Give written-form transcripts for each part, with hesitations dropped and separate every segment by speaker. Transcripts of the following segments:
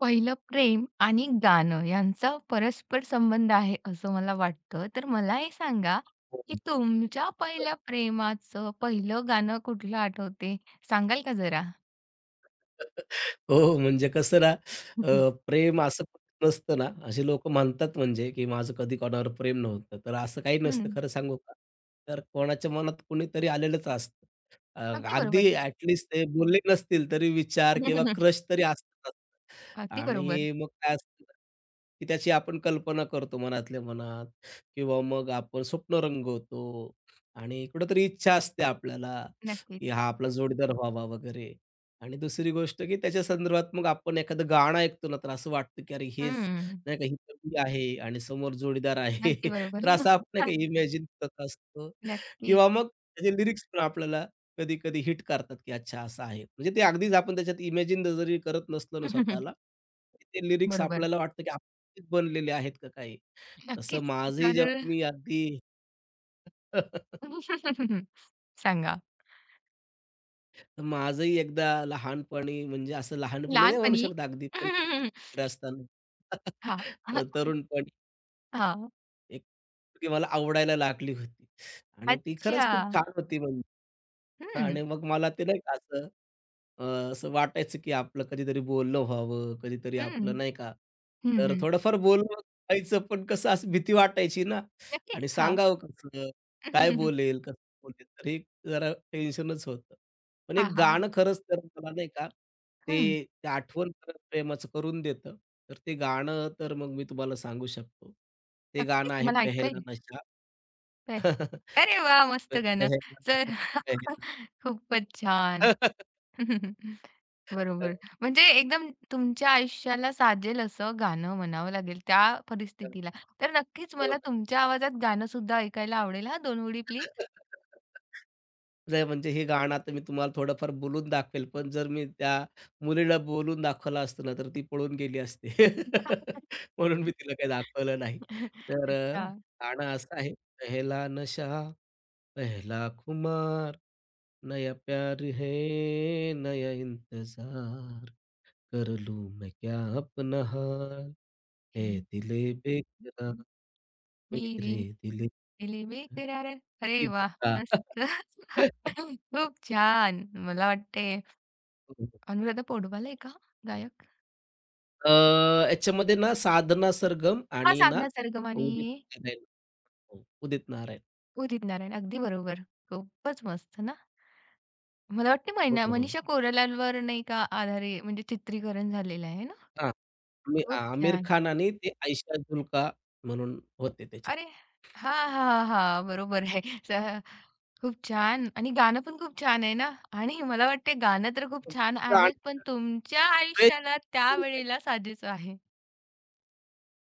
Speaker 1: पहिलं प्रेम आणि गाणं यांचा परस्पर संबंध आहे असं मला वाटतं. तर मला हे सांगा,
Speaker 2: हो.
Speaker 1: की तुमच्या पहिल्या प्रेमाचं पहिलं गाणं कुठलं आठवते? सांगाल का जरा?
Speaker 2: हो, म्हणजे कसं ना, प्रेम असं नसतं ना, असे लोक म्हणतात म्हणजे, की माझं कधी कोणावर प्रेम नव्हतं. तर असं काही
Speaker 1: हं,
Speaker 2: नसतं खरं सांगू का? तर कोणाच्या मनात कुणीतरी आलेलंच असतं. अ,
Speaker 1: अगदी बरोबर.
Speaker 2: अगदी ॲट लीस्ट ते बोलले नसतील तरी विचार किंवा क्रश तरी असतात.
Speaker 1: अगदी बरोबर.
Speaker 2: आणि मग काय असतं ना, की त्याची आपण कल्पना करतो मनातल्या मनात किंवा मग आपण स्वप्न रंगवतो आणि कुठेतरी इच्छा असते आपल्याला, की
Speaker 1: नक्कीच.
Speaker 2: हा आपला जोडीदार व्हावा वगैरे. आणि दुसरी गोष्ट, की त्याच्या संदर्भात मग आपण एखादं गाणं ऐकतो ना, तर असं वाटतं, की अरे हेच
Speaker 1: हं,
Speaker 2: नाही का ही पदवी आहे आणि समोर जोडीदार आहे.
Speaker 1: अगदी बरोबर.
Speaker 2: तर असं आपण नाही का इमॅजिन करत असतो
Speaker 1: नक्कीच.
Speaker 2: किंवा मग त्याचे लिरिक्स पण आपल्याला कधी-कधी हिट करतात, की अच्छा असं आहे. म्हणजे ते अगदीच आपण त्याच्यात इमॅजिन जरी करत नसलो ना स्वतःला, ते लिरिक्स
Speaker 1: बरोबर.
Speaker 2: आपल्याला वाटतं, की आपणच बनलेले आहेत का काही? तसं
Speaker 1: नक्कीच.
Speaker 2: माझंही
Speaker 1: तर
Speaker 2: जेव्हा मी अगदी
Speaker 1: सांगा.
Speaker 2: माझंही एकदा लहानपणी म्हणजे असं लहानपणी नाही म्हणू
Speaker 1: लहानपणी
Speaker 2: शकत अगदी पण कुठेतरी असताना
Speaker 1: हां.
Speaker 2: तरुणपणी
Speaker 1: हां.
Speaker 2: एक मुलगी मला आवडायला लागली होती आणि ती खरंच
Speaker 1: अच्छा.
Speaker 2: खूप छान होती म्हणजे.
Speaker 1: हं,
Speaker 2: आणि मग मला ते नाही का असं अ, असं वाटायचं, की आपलं कधीतरी बोलणं व्हावं, कधीतरी
Speaker 1: हं.
Speaker 2: आपलं नाही का,
Speaker 1: हं,
Speaker 2: तर
Speaker 1: हं.
Speaker 2: थोडंफार बोलणं व्हायचं, पण कसं असं भीती वाटायची ना
Speaker 1: नक्कीच.
Speaker 2: आणि
Speaker 1: हां.
Speaker 2: सांगावं कसं? काय बोलेल? कसं बोलेल? तर हे जरा टेन्शनच होतं. पण
Speaker 1: हां,
Speaker 2: एक
Speaker 1: हां.
Speaker 2: गाणं खरंच तर मला नाही का,
Speaker 1: हं.
Speaker 2: ते ते आठवण परत प्रेमाचं करून देतं. तर ते गाणं तर मग मी तुम्हाला सांगू शकतो. ते
Speaker 1: नक्कीच
Speaker 2: गाणं आहे
Speaker 1: मला ऐकू
Speaker 2: "पेहेला
Speaker 1: येईल.
Speaker 2: नशा".
Speaker 1: अरे वाह! मस्त गाणं.
Speaker 2: पेहेला
Speaker 1: तर
Speaker 2: नशा पेहेला.
Speaker 1: खूपच छान. बरोबर. म्हणजे एकदम तुमच्या आयुष्याला साजेल असं गाणं म्हणावं लागेल त्या परिस्थितीला. तर नक्कीच
Speaker 2: हो
Speaker 1: मला
Speaker 2: ना.
Speaker 1: तुमच्या आवाजात गाणं सुद्धा ऐकायला आवडेल हां, 2 ओळी प्लीज.
Speaker 2: नाही म्हणजे हे गाणं आता मी तुम्हाला थोडंफार बोलून दाखवेल, पण जर मी त्या मुलीला बोलून दाखवलं असतं ना, तर ती पळून गेली असती. म्हणून मी तिला काही दाखवलं नाही. तर
Speaker 1: अच्छा.
Speaker 2: गाणं असं आहे, "पहला नशा पहला खुमार, नया प्यार है नया इंतजार, कर लूँ मैं क्या अपना हाल, ऐ
Speaker 1: हे
Speaker 2: दिले बेकरार
Speaker 1: मेरे
Speaker 2: मेरे दिल".
Speaker 1: दिली करार.
Speaker 2: की
Speaker 1: अरे वा, मस्त.
Speaker 2: दत्ता.
Speaker 1: खूप छान. मला वाटतंय
Speaker 2: हो, हो.
Speaker 1: अनुराधा पौडवाल आहे का गायक?
Speaker 2: अ, याच्यामध्ये ना साधना सरगम
Speaker 1: हां,
Speaker 2: आणि ना
Speaker 1: साधना सरगम आणि
Speaker 2: उदित नारायण. हो, उदित नारायण.
Speaker 1: उदित नारायण. अगदी बरोबर. खूपच मस्त ना. मला वाटतं
Speaker 2: हो,
Speaker 1: मैना
Speaker 2: हो, हो.
Speaker 1: मनीषा कोइरालावर नाही का आधारे म्हणजे चित्रीकरण झालेलं आहे ना?
Speaker 2: हां, मी
Speaker 1: खूप
Speaker 2: आमिर
Speaker 1: छान.
Speaker 2: खान आणि ते आयशा जुल्का म्हणून होते त्याच्यात.
Speaker 1: अरे हां, हां, हां. बरोबर आहे. स खूप छान आणि गाणं पण खूप छान आहे ना. आणि मला वाटते गाणं तर खूप छान आहेच, पण
Speaker 2: आणि
Speaker 1: तुमच्या आयुष्याला त्यावेळेला साजेचं आहे.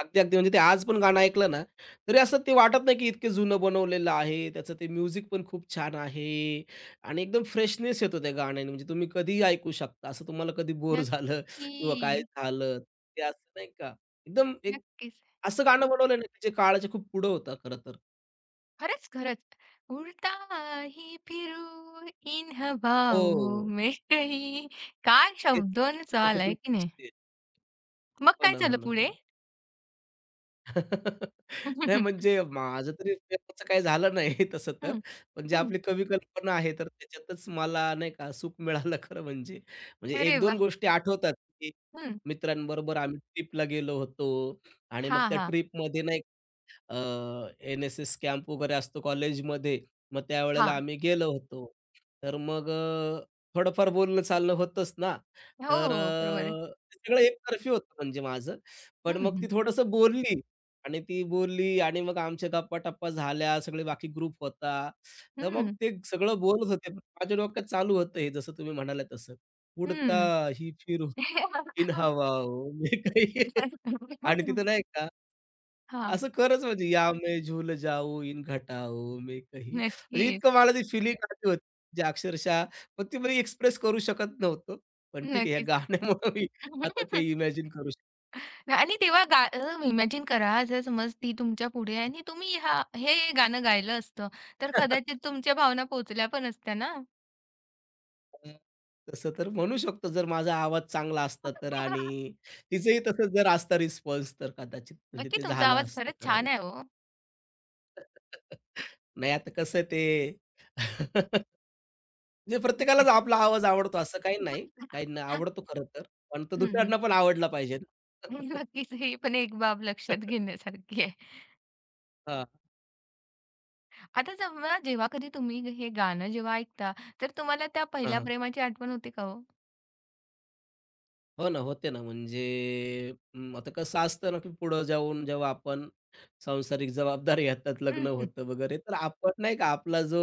Speaker 2: अगदी, अगदी. म्हणजे ते आज पण गाणं ऐकलं ना, तरी असं ते वाटत नाही, की इतकं जुनं बनवलेलं आहे. त्याचं ते म्युझिक पण खूप छान आहे आणि एकदम फ्रेशनेस येतो त्या गाण्याने. म्हणजे तुम्ही कधीही ऐकू शकता. असं तुम्हाला कधी बोर झालं किंवा काय
Speaker 1: नक्की.
Speaker 2: झालं, ते असं नाही का? एकदम एक
Speaker 1: नक्कीच.
Speaker 2: असं गाणं बनवलं ना, की जे काळाच्या खूप पुढं होतं खरं तर.
Speaker 1: खरंच, खरंच. उडता ही फिरू, इन हवाओं
Speaker 2: हो.
Speaker 1: में कहीं. काय
Speaker 2: ते खूप
Speaker 1: शब्दोन चाल
Speaker 2: त्याच्यातलं
Speaker 1: आहे की नाही?
Speaker 2: दिसते.
Speaker 1: मग
Speaker 2: हो
Speaker 1: काय
Speaker 2: ना, हो
Speaker 1: झालं
Speaker 2: ना, हो
Speaker 1: पुढे?
Speaker 2: ना. नाही म्हणजे माझं तरी प्रेमाचं काही झालं नाही तसं तर.
Speaker 1: हं,
Speaker 2: म्हणजे
Speaker 1: हं.
Speaker 2: आपली कवी कल्पना आहे तर त्याच्यातच मला नाही का सुख मिळालं खरं म्हणजे. म्हणजे
Speaker 1: अरे
Speaker 2: 1-2
Speaker 1: वाह!
Speaker 2: गोष्टी आठवतात, की
Speaker 1: हं.
Speaker 2: मित्रांबरोबर आम्ही ट्रिपला गेलो होतो आणि मग
Speaker 1: हां,
Speaker 2: त्या
Speaker 1: हां,
Speaker 2: ट्रिपमध्ये नाही अ, एन-एस-एस कॅम्प वगैरे असतो कॉलेजमध्ये, मग त्यावेळेला
Speaker 1: हां.
Speaker 2: आम्ही गेलो होतो. तर मग थोडंफार बोलणं चालणं होतंच ना.
Speaker 1: हो,
Speaker 2: तर
Speaker 1: हो. हो. बरोबर आहे.
Speaker 2: सगळं एकतर्फी होतं म्हणजे माझं. पण
Speaker 1: हं,
Speaker 2: मग ती
Speaker 1: हं.
Speaker 2: थोडंसं बोलली आणि ती बोलली आणि मग आमच्या गप्पा-टप्पा झाल्या, सगळे बाकी ग्रुप होता. तर मग
Speaker 1: हं,
Speaker 2: ते सगळं बोलत होते. पण माझ्या डोक्यात चालू होतं हे जसं तुम्ही म्हणाला तसं. "उडता
Speaker 1: हं.
Speaker 2: ही फिरू इन हवाओं में". आणि तिथं नाही
Speaker 1: हां.
Speaker 2: असं खरंच म्हणजे या मैं झूल जाऊ इन घटाओं में कही म्हणजे इतकं
Speaker 1: नक्कीच,
Speaker 2: मला ती फिलिंग आली होती, जे अक्षरशः मग ती मी एक्सप्रेस करू शकत नव्हतो. पण ठीक आहे, या
Speaker 1: नक्कीच.
Speaker 2: गाण्यामुळं मी आता ते इमॅजिन करू शकतो.
Speaker 1: आणि तेव्हा गा इमॅजिन करा जर समज ती तुमच्या पुढे आहे आणि तुम्ही हे गाणं गायलं असतं, तर कदाचित तुमच्या भावना पोहोचल्या पण असत्या ना.
Speaker 2: तसं तर म्हणू शकतो जर माझा आवाज चांगला असता तर आणि तिचंही तसं जर असता रिस्पॉन्स तर कदाचित म्हणजे
Speaker 1: नक्की
Speaker 2: ते
Speaker 1: तुमचा
Speaker 2: झालं
Speaker 1: आवाज
Speaker 2: असतं
Speaker 1: खरंच
Speaker 2: खरं.
Speaker 1: छान आहे हो.
Speaker 2: नाही आता कसं ते म्हणजे प्रत्येकालाच आपला आवाज आवडतो असं काही नाही. काहींना आवडतो खरं तर, पण तो
Speaker 1: हं, हं.
Speaker 2: दुसऱ्यांना पण आवडला पाहिजे ना.
Speaker 1: नक्कीच ही पण एक बाब लक्षात घेण्यासारखी आहे.
Speaker 2: हां.
Speaker 1: आता समजा जेव्हा कधी तुम्ही हे गाणं जेव्हा ऐकता, तर तुम्हाला त्या पहिल्या
Speaker 2: हां,
Speaker 1: प्रेमाची आठवण होते का हो?
Speaker 2: हो ना, होते ना. म्हणजे आता कसं असतं ना, की पुढं जाऊन जेव्हा आपण सांसारिक जबाबदारी येतात,
Speaker 1: हं,
Speaker 2: लग्न
Speaker 1: हं.
Speaker 2: होतं वगैरे, तर आपण नाही का आपला जो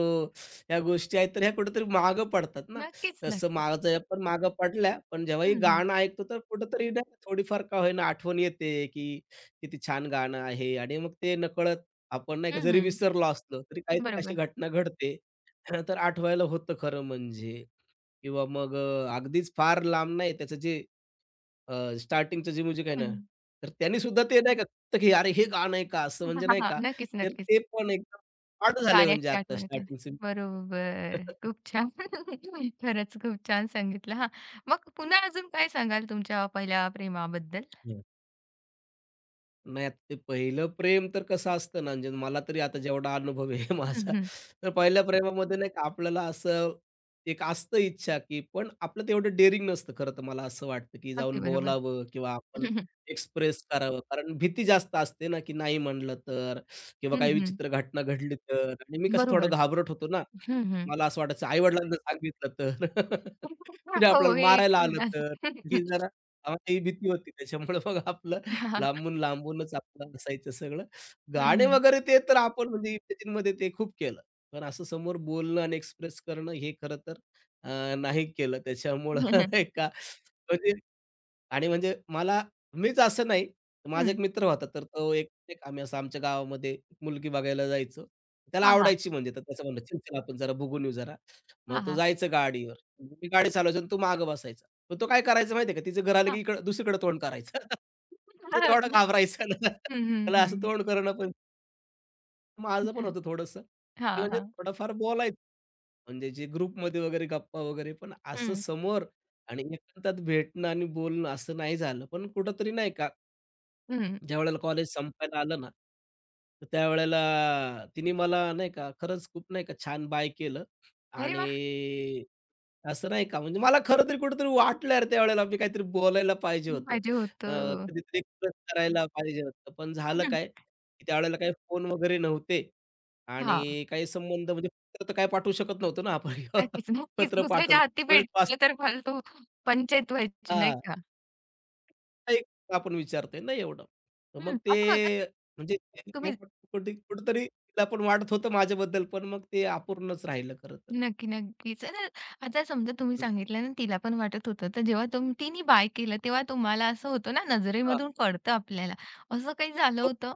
Speaker 2: ह्या गोष्टी आहेत, तर ह्या कुठेतरी मागं पडतात ना.
Speaker 1: नक्कीच,
Speaker 2: तसं
Speaker 1: नक्कीच.
Speaker 2: माझं पण मागं पडल्या, पण जेव्हाही
Speaker 1: हं, हं.
Speaker 2: गाणं ऐकतो, तर कुठेतरी नाही का थोडीफार का होईना आठवण येते, की किती छान गाणं आहे आणि मग ते नकळत आपण नाही का
Speaker 1: हं,
Speaker 2: जरी
Speaker 1: हं.
Speaker 2: विसरलो असलो, तरी काहीतरी अशी
Speaker 1: बरोबर.
Speaker 2: घटना घडते. तर आठवायला होतं खरं म्हणजे. किंवा मग अगदीच फार लांब नाही त्याचं जे स्टार्टिंगचं जे म्युझिक आहे ना,
Speaker 1: हं.
Speaker 2: तर त्यांनी सुद्धा ते नाही का तर की "अरे, हे गाणं आहे का?" असं
Speaker 1: हां,
Speaker 2: म्हणजे
Speaker 1: हां,
Speaker 2: नाही
Speaker 1: हां.
Speaker 2: का,
Speaker 1: नक्कीच,
Speaker 2: तर
Speaker 1: नक्कीच.
Speaker 2: ते पण एकदम पाठ झाले म्हणजे
Speaker 1: गाण्याची
Speaker 2: आता
Speaker 1: आठवण येते.
Speaker 2: स्टार्टिंगचे.
Speaker 1: बरोबर. खूप छान. खरंच खूप छान सांगितलं हां. मग पुन्हा अजून काय सांगाल तुमच्या पहिल्या प्रेमाबद्दल?
Speaker 2: नाही, आता ते पहिलं प्रेम तर कसं असतं ना, म्हणजे मला तरी आता जेवढा अनुभव आहे
Speaker 1: हं,
Speaker 2: माझा,
Speaker 1: हं.
Speaker 2: तर पहिल्या प्रेमामध्ये नाही का आपल्याला असं एक असतं इच्छा, की पण आपलं तेवढं डेअरिंग नसतं खरं तर मला असं वाटतं, की जाऊन
Speaker 1: अगदी बरोबर.
Speaker 2: बोलावं किंवा आपण
Speaker 1: हं, हं.
Speaker 2: एक्सप्रेस करावं. कारण भीती जास्त असते ना, की नाही म्हणलं तर किंवा
Speaker 1: हं,
Speaker 2: काही
Speaker 1: हं.
Speaker 2: विचित्र घटना घडली तर आणि मी कसं थोडं
Speaker 1: बरोबर.
Speaker 2: घाबरट होतो ना,
Speaker 1: हं, हं.
Speaker 2: मला असं वाटायचं आई-वडिलांना सांगितलं तर, कुणी
Speaker 1: हो,
Speaker 2: आपल्याला
Speaker 1: हे एक
Speaker 2: मारायला आलं
Speaker 1: उदास
Speaker 2: तर,
Speaker 1: हां,
Speaker 2: ही
Speaker 1: हां.
Speaker 2: जरा आम्हाला ही भीती होती. त्याच्यामुळे मग आपलं लांबून लांबूनच आपलं असायचं सगळं.
Speaker 1: हं,
Speaker 2: गाणे
Speaker 1: हं.
Speaker 2: वगैरे ते तर आपण म्हणजे इमॅजिनमध्ये ते खूप केलं. पण असं समोर बोलणं आणि एक्सप्रेस करणं हे खरं तर नाही केलं. त्याच्यामुळं
Speaker 1: हं, हं.
Speaker 2: नाही का म्हणजे आणि म्हणजे मला मीच असं नाही, माझा एक
Speaker 1: हं.
Speaker 2: मित्र होता, तर तो एक एक आम्ही असं आमच्या गावामध्ये एक मुलगी बघायला जायचो. त्याला
Speaker 1: हां, हां.
Speaker 2: आवडायची म्हणजे, तर त्याचं म्हणणं, "चल, चल, आपण जरा बघून येऊ जरा."
Speaker 1: हां,
Speaker 2: मग तो
Speaker 1: हां.
Speaker 2: जायचं गाडीवर. मी गाडी चालवायचो आणि तो मागं बसायचा. मग तो काय करायचा माहिती का, तिचं घर आलं की
Speaker 1: हां.
Speaker 2: इकडं दुसरीकडे तोंड करायचा. तो एवढा
Speaker 1: हं,
Speaker 2: घाबरायचा ना,
Speaker 1: हं,
Speaker 2: त्याला असं
Speaker 1: हं.
Speaker 2: तोंड करणं पण माझं पण होतं थोडंसं.
Speaker 1: हां,
Speaker 2: म्हणजे
Speaker 1: हां.
Speaker 2: थोडंफार बोलायचं. म्हणजे जे ग्रुपमध्ये वगैरे गप्पा वगैरे, पण असं
Speaker 1: हं,
Speaker 2: समोर आणि एकांतात भेटणं आणि बोलणं असं नाही झालं. पण कुठेतरी नाही का,
Speaker 1: हं.
Speaker 2: ज्यावेळेला कॉलेज संपायला आलं ना, तर त्यावेळेला तिने मला नाही का, खरंच खूप नाही का छान बाय केलं आणि असं नाही का, म्हणजे मला खरं तरी कुठेतरी वाटलं यार त्यावेळेला मी काहीतरी बोलायला पाहिजे होतं.
Speaker 1: पाहिजे
Speaker 2: अ,
Speaker 1: होतं.
Speaker 2: कधीतरी एक्सप्रेस करायला पाहिजे होतं. पण झालं
Speaker 1: हं,
Speaker 2: काय, की त्यावेळेला काही फोन वगैरे नव्हते. आणि काही संबंध म्हणजे पत्र तर काय पाठवू शकत नव्हतो ना आपण.
Speaker 1: नक्कीच, नक्कीच.
Speaker 2: पत्र
Speaker 1: दुसऱ्याच्या
Speaker 2: पाठवलं
Speaker 1: हाती
Speaker 2: वेळेत वाच
Speaker 1: भेटले तर फालतू पंचायत व्हायची नाही
Speaker 2: हां,
Speaker 1: का?
Speaker 2: काही आपण विचारतोय नाही एवढं. तर मग
Speaker 1: हं.
Speaker 2: ते
Speaker 1: आता बघा
Speaker 2: म्हणजे
Speaker 1: तुम्ही
Speaker 2: कुठे कुठेतरी तिला पण वाटत होतं माझ्याबद्दल, पण मग ते अपूर्णच राहिलं खरं तर.
Speaker 1: नक्की, नक्कीच. आता आता समजा तुम्ही सांगितलं ना तिला पण वाटत होतं, तर जेव्हा तिने बाय केलं तेव्हा तुम्हाला असं होतं ना
Speaker 2: हां,
Speaker 1: नजरेमधून कळतं आपल्याला. असं काही झालं
Speaker 2: हो,
Speaker 1: होतं?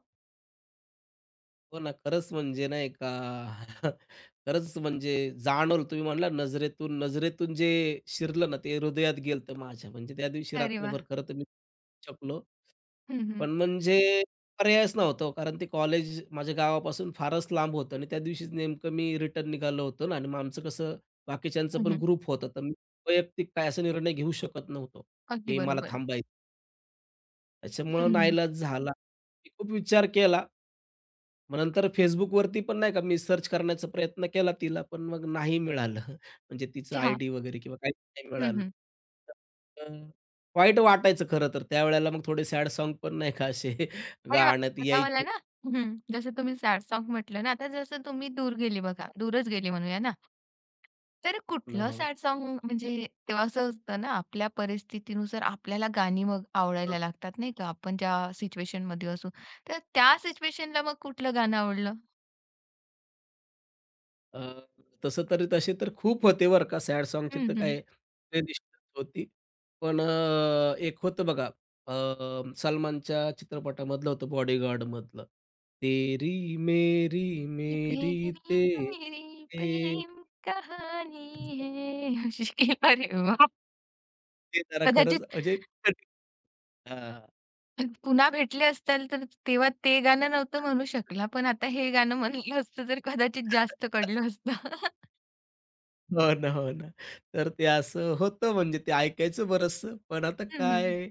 Speaker 2: हो ना. खरंच म्हणजे नाही का खरंच म्हणजे जाणवलं तुम्ही म्हणला नजरेतून नजरेतून जे शिरलं ना, ते हृदयात गेलं होतं माझ्या. म्हणजे त्या दिवशी
Speaker 1: अरे वाह!
Speaker 2: रात्रभर खरं तर मी शकलो.
Speaker 1: हं, हं.
Speaker 2: पण म्हणजे पर्यायच नव्हता हो, कारण ते कॉलेज माझ्या गावापासून फारच लांब होतं आणि त्या दिवशीच नेमकं मी रिटर्न निघालो होतो ना आणि मग आमचं कसं बाकीच्यांचं
Speaker 1: हं,
Speaker 2: पण
Speaker 1: हं.
Speaker 2: ग्रुप होतं, तर मी वैयक्तिक काय असा निर्णय घेऊ शकत नव्हतो,
Speaker 1: अगदी
Speaker 2: की मला
Speaker 1: बरोबर.
Speaker 2: थांबायचं. त्याच्यामुळं
Speaker 1: हं, हं.
Speaker 2: नाईलाज झाला. मी खूप विचार केला मग नंतर Facebookवरती पण नाही का मी सर्च करण्याचा प्रयत्न केला तिला, पण मग नाही मिळालं. म्हणजे तिचं
Speaker 1: चहा.
Speaker 2: आयडी वगैरे किंवा काहीच नाही
Speaker 1: हं,
Speaker 2: मिळालं.
Speaker 1: हं.
Speaker 2: तर अं, वाईट वाटायचं खरं तर त्यावेळेला मग थोडे सॅड सॉन्ग पण नाही का असे
Speaker 1: अरे वाह!
Speaker 2: गाण्यात
Speaker 1: आता मला
Speaker 2: यायचे.
Speaker 1: ना हं, जसं तुम्ही सॅड सॉन्ग म्हटलं ना, आता जसं तुम्ही दूर गेले बघा, दूरच गेले म्हणूया ना. तर कुठलं
Speaker 2: हो.
Speaker 1: सॅड सॉन्ग म्हणजे तेव्हा असं असतं ना, आपल्या परिस्थितीनुसार आपल्याला गाणी मग आवडायला लागतात नाही का, आपण ज्या सिच्युएशनमध्ये असू. तर त्या सिच्युएशनला मग कुठलं गाणं आवडलं?
Speaker 2: अ, तसं तर तसे तर खूप होते बरं का सॅड सॉन्गची
Speaker 1: हं,
Speaker 2: तर
Speaker 1: हं.
Speaker 2: काय प्लेलिस्ट होती. पण एक होतं बघा अ, सलमानच्या चित्रपटामधलं होतं बॉडीगार्डमधलं. तेरी मेरी
Speaker 1: ही
Speaker 2: मेरी
Speaker 1: मेरी
Speaker 2: ते
Speaker 1: तेरी
Speaker 2: ते
Speaker 1: प्रेम कहानी है. अशी अरे वाह!
Speaker 2: ते जरा खरंच
Speaker 1: कदाचित
Speaker 2: म्हणजे हां.
Speaker 1: पुन्हा भेटले असताल तर तेव्हा ते गाणं नव्हतं म्हणू शकला. पण आता हे गाणं म्हणलं असतं तर कदाचित जास्त कळलं असतं.
Speaker 2: हो ना, हो ना. तर ते असं होतं म्हणजे ते ऐकायचं बरचसं. पण आता
Speaker 1: हं, हं.
Speaker 2: काय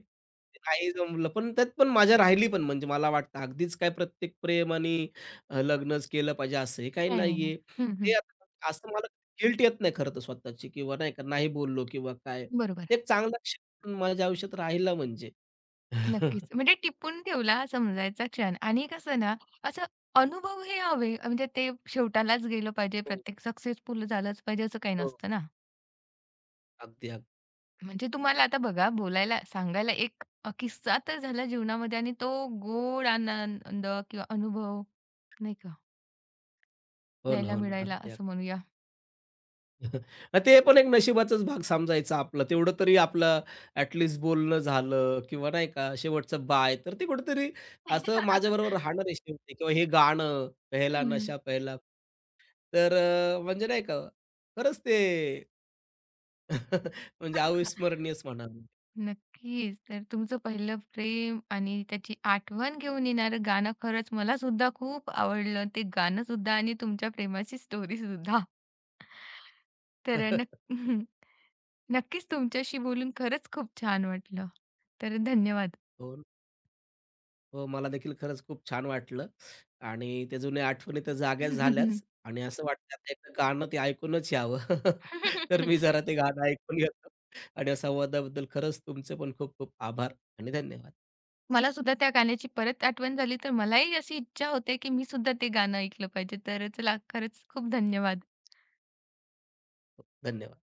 Speaker 2: नाही जमलं. पण त्यात पण माझ्या राहिली पण म्हणजे मला वाटतं अगदीच काय प्रत्येक प्रेम आणि लग्नच केलं पाहिजे असंही काही
Speaker 1: नाही, नाही, नाही.
Speaker 2: नाहीये.
Speaker 1: हं,
Speaker 2: ते
Speaker 1: हं.
Speaker 2: आता असं मला गिल्ट येत नाही खरं तर स्वतःची किंवा नाही का नाही बोललो किंवा काय.
Speaker 1: बरोबर.
Speaker 2: ते एक चांगला क्षण माझ्या आयुष्यात राहिला म्हणजे.
Speaker 1: नक्कीच. म्हणजे टिपून ठेवला हा समजायचा क्षण आणि कसं ना, असं अनुभव हे हवे म्हणजे ते शेवटालाच गेलं पाहिजे,
Speaker 2: हो,
Speaker 1: प्रत्येक सक्सेसफुल झालंच पाहिजे असं काही
Speaker 2: हो.
Speaker 1: नसतं ना.
Speaker 2: अगदी, अगदी.
Speaker 1: म्हणजे तुम्हाला आता बघा बोलायला, सांगायला एक किस्सा तर झाला जीवनामध्ये आणि तो गोड आनंद किंवा अनुभव नाही का,
Speaker 2: हो ना,
Speaker 1: घ्यायला
Speaker 2: हो ना.
Speaker 1: मिळायला
Speaker 2: अगदी,
Speaker 1: असं
Speaker 2: अगदी.
Speaker 1: म्हणूया.
Speaker 2: नाही, ते पण एक नशिबाचाच भाग समजायचा आपला. तेवढं तरी आपलं ॲट लीस्ट बोलणं झालं किंवा नाही का शेवटचं बाय. तर ते कुठेतरी असं माझ्याबरोबर राहणार आहे शेवटी किंवा हे गाणं "पहेला
Speaker 1: हं.
Speaker 2: नशा पहेला". तर म्हणजे नाही का खरंच ते म्हणजे अविस्मरणीयच म्हणावं.
Speaker 1: नक्कीच. तर तुमचं पहिलं प्रेम आणि त्याची आठवण घेऊन येणारं गाणं खरंच मला सुद्धा खूप आवडलं. ते गाणं सुद्धा आणि तुमच्या प्रेमाची स्टोरी सुद्धा. तर अ, नक्क हं. नक्कीच तुमच्याशी बोलून खरंच खूप छान वाटलं. तर धन्यवाद.
Speaker 2: हो ना. हो, मला देखील खरंच खूप छान वाटलं आणि त्या जुन्या आठवणी तर जाग्या झाल्याच आणि असं वाटतं आता एकदा गाणं ते ऐकूनच यावं. तर मी जरा ते गाणं ऐकून घेतो आणि या संवादाबद्दल खरंच तुमचे पण खूप खूप आभार आणि धन्यवाद.
Speaker 1: मला सुद्धा त्या गाण्याची परत आठवण झाली, तर मलाही अशी इच्छा होते, की मी सुद्धा ते गाणं ऐकलं पाहिजे. तर चला खरंच खूप धन्यवाद.
Speaker 2: धन्यवाद.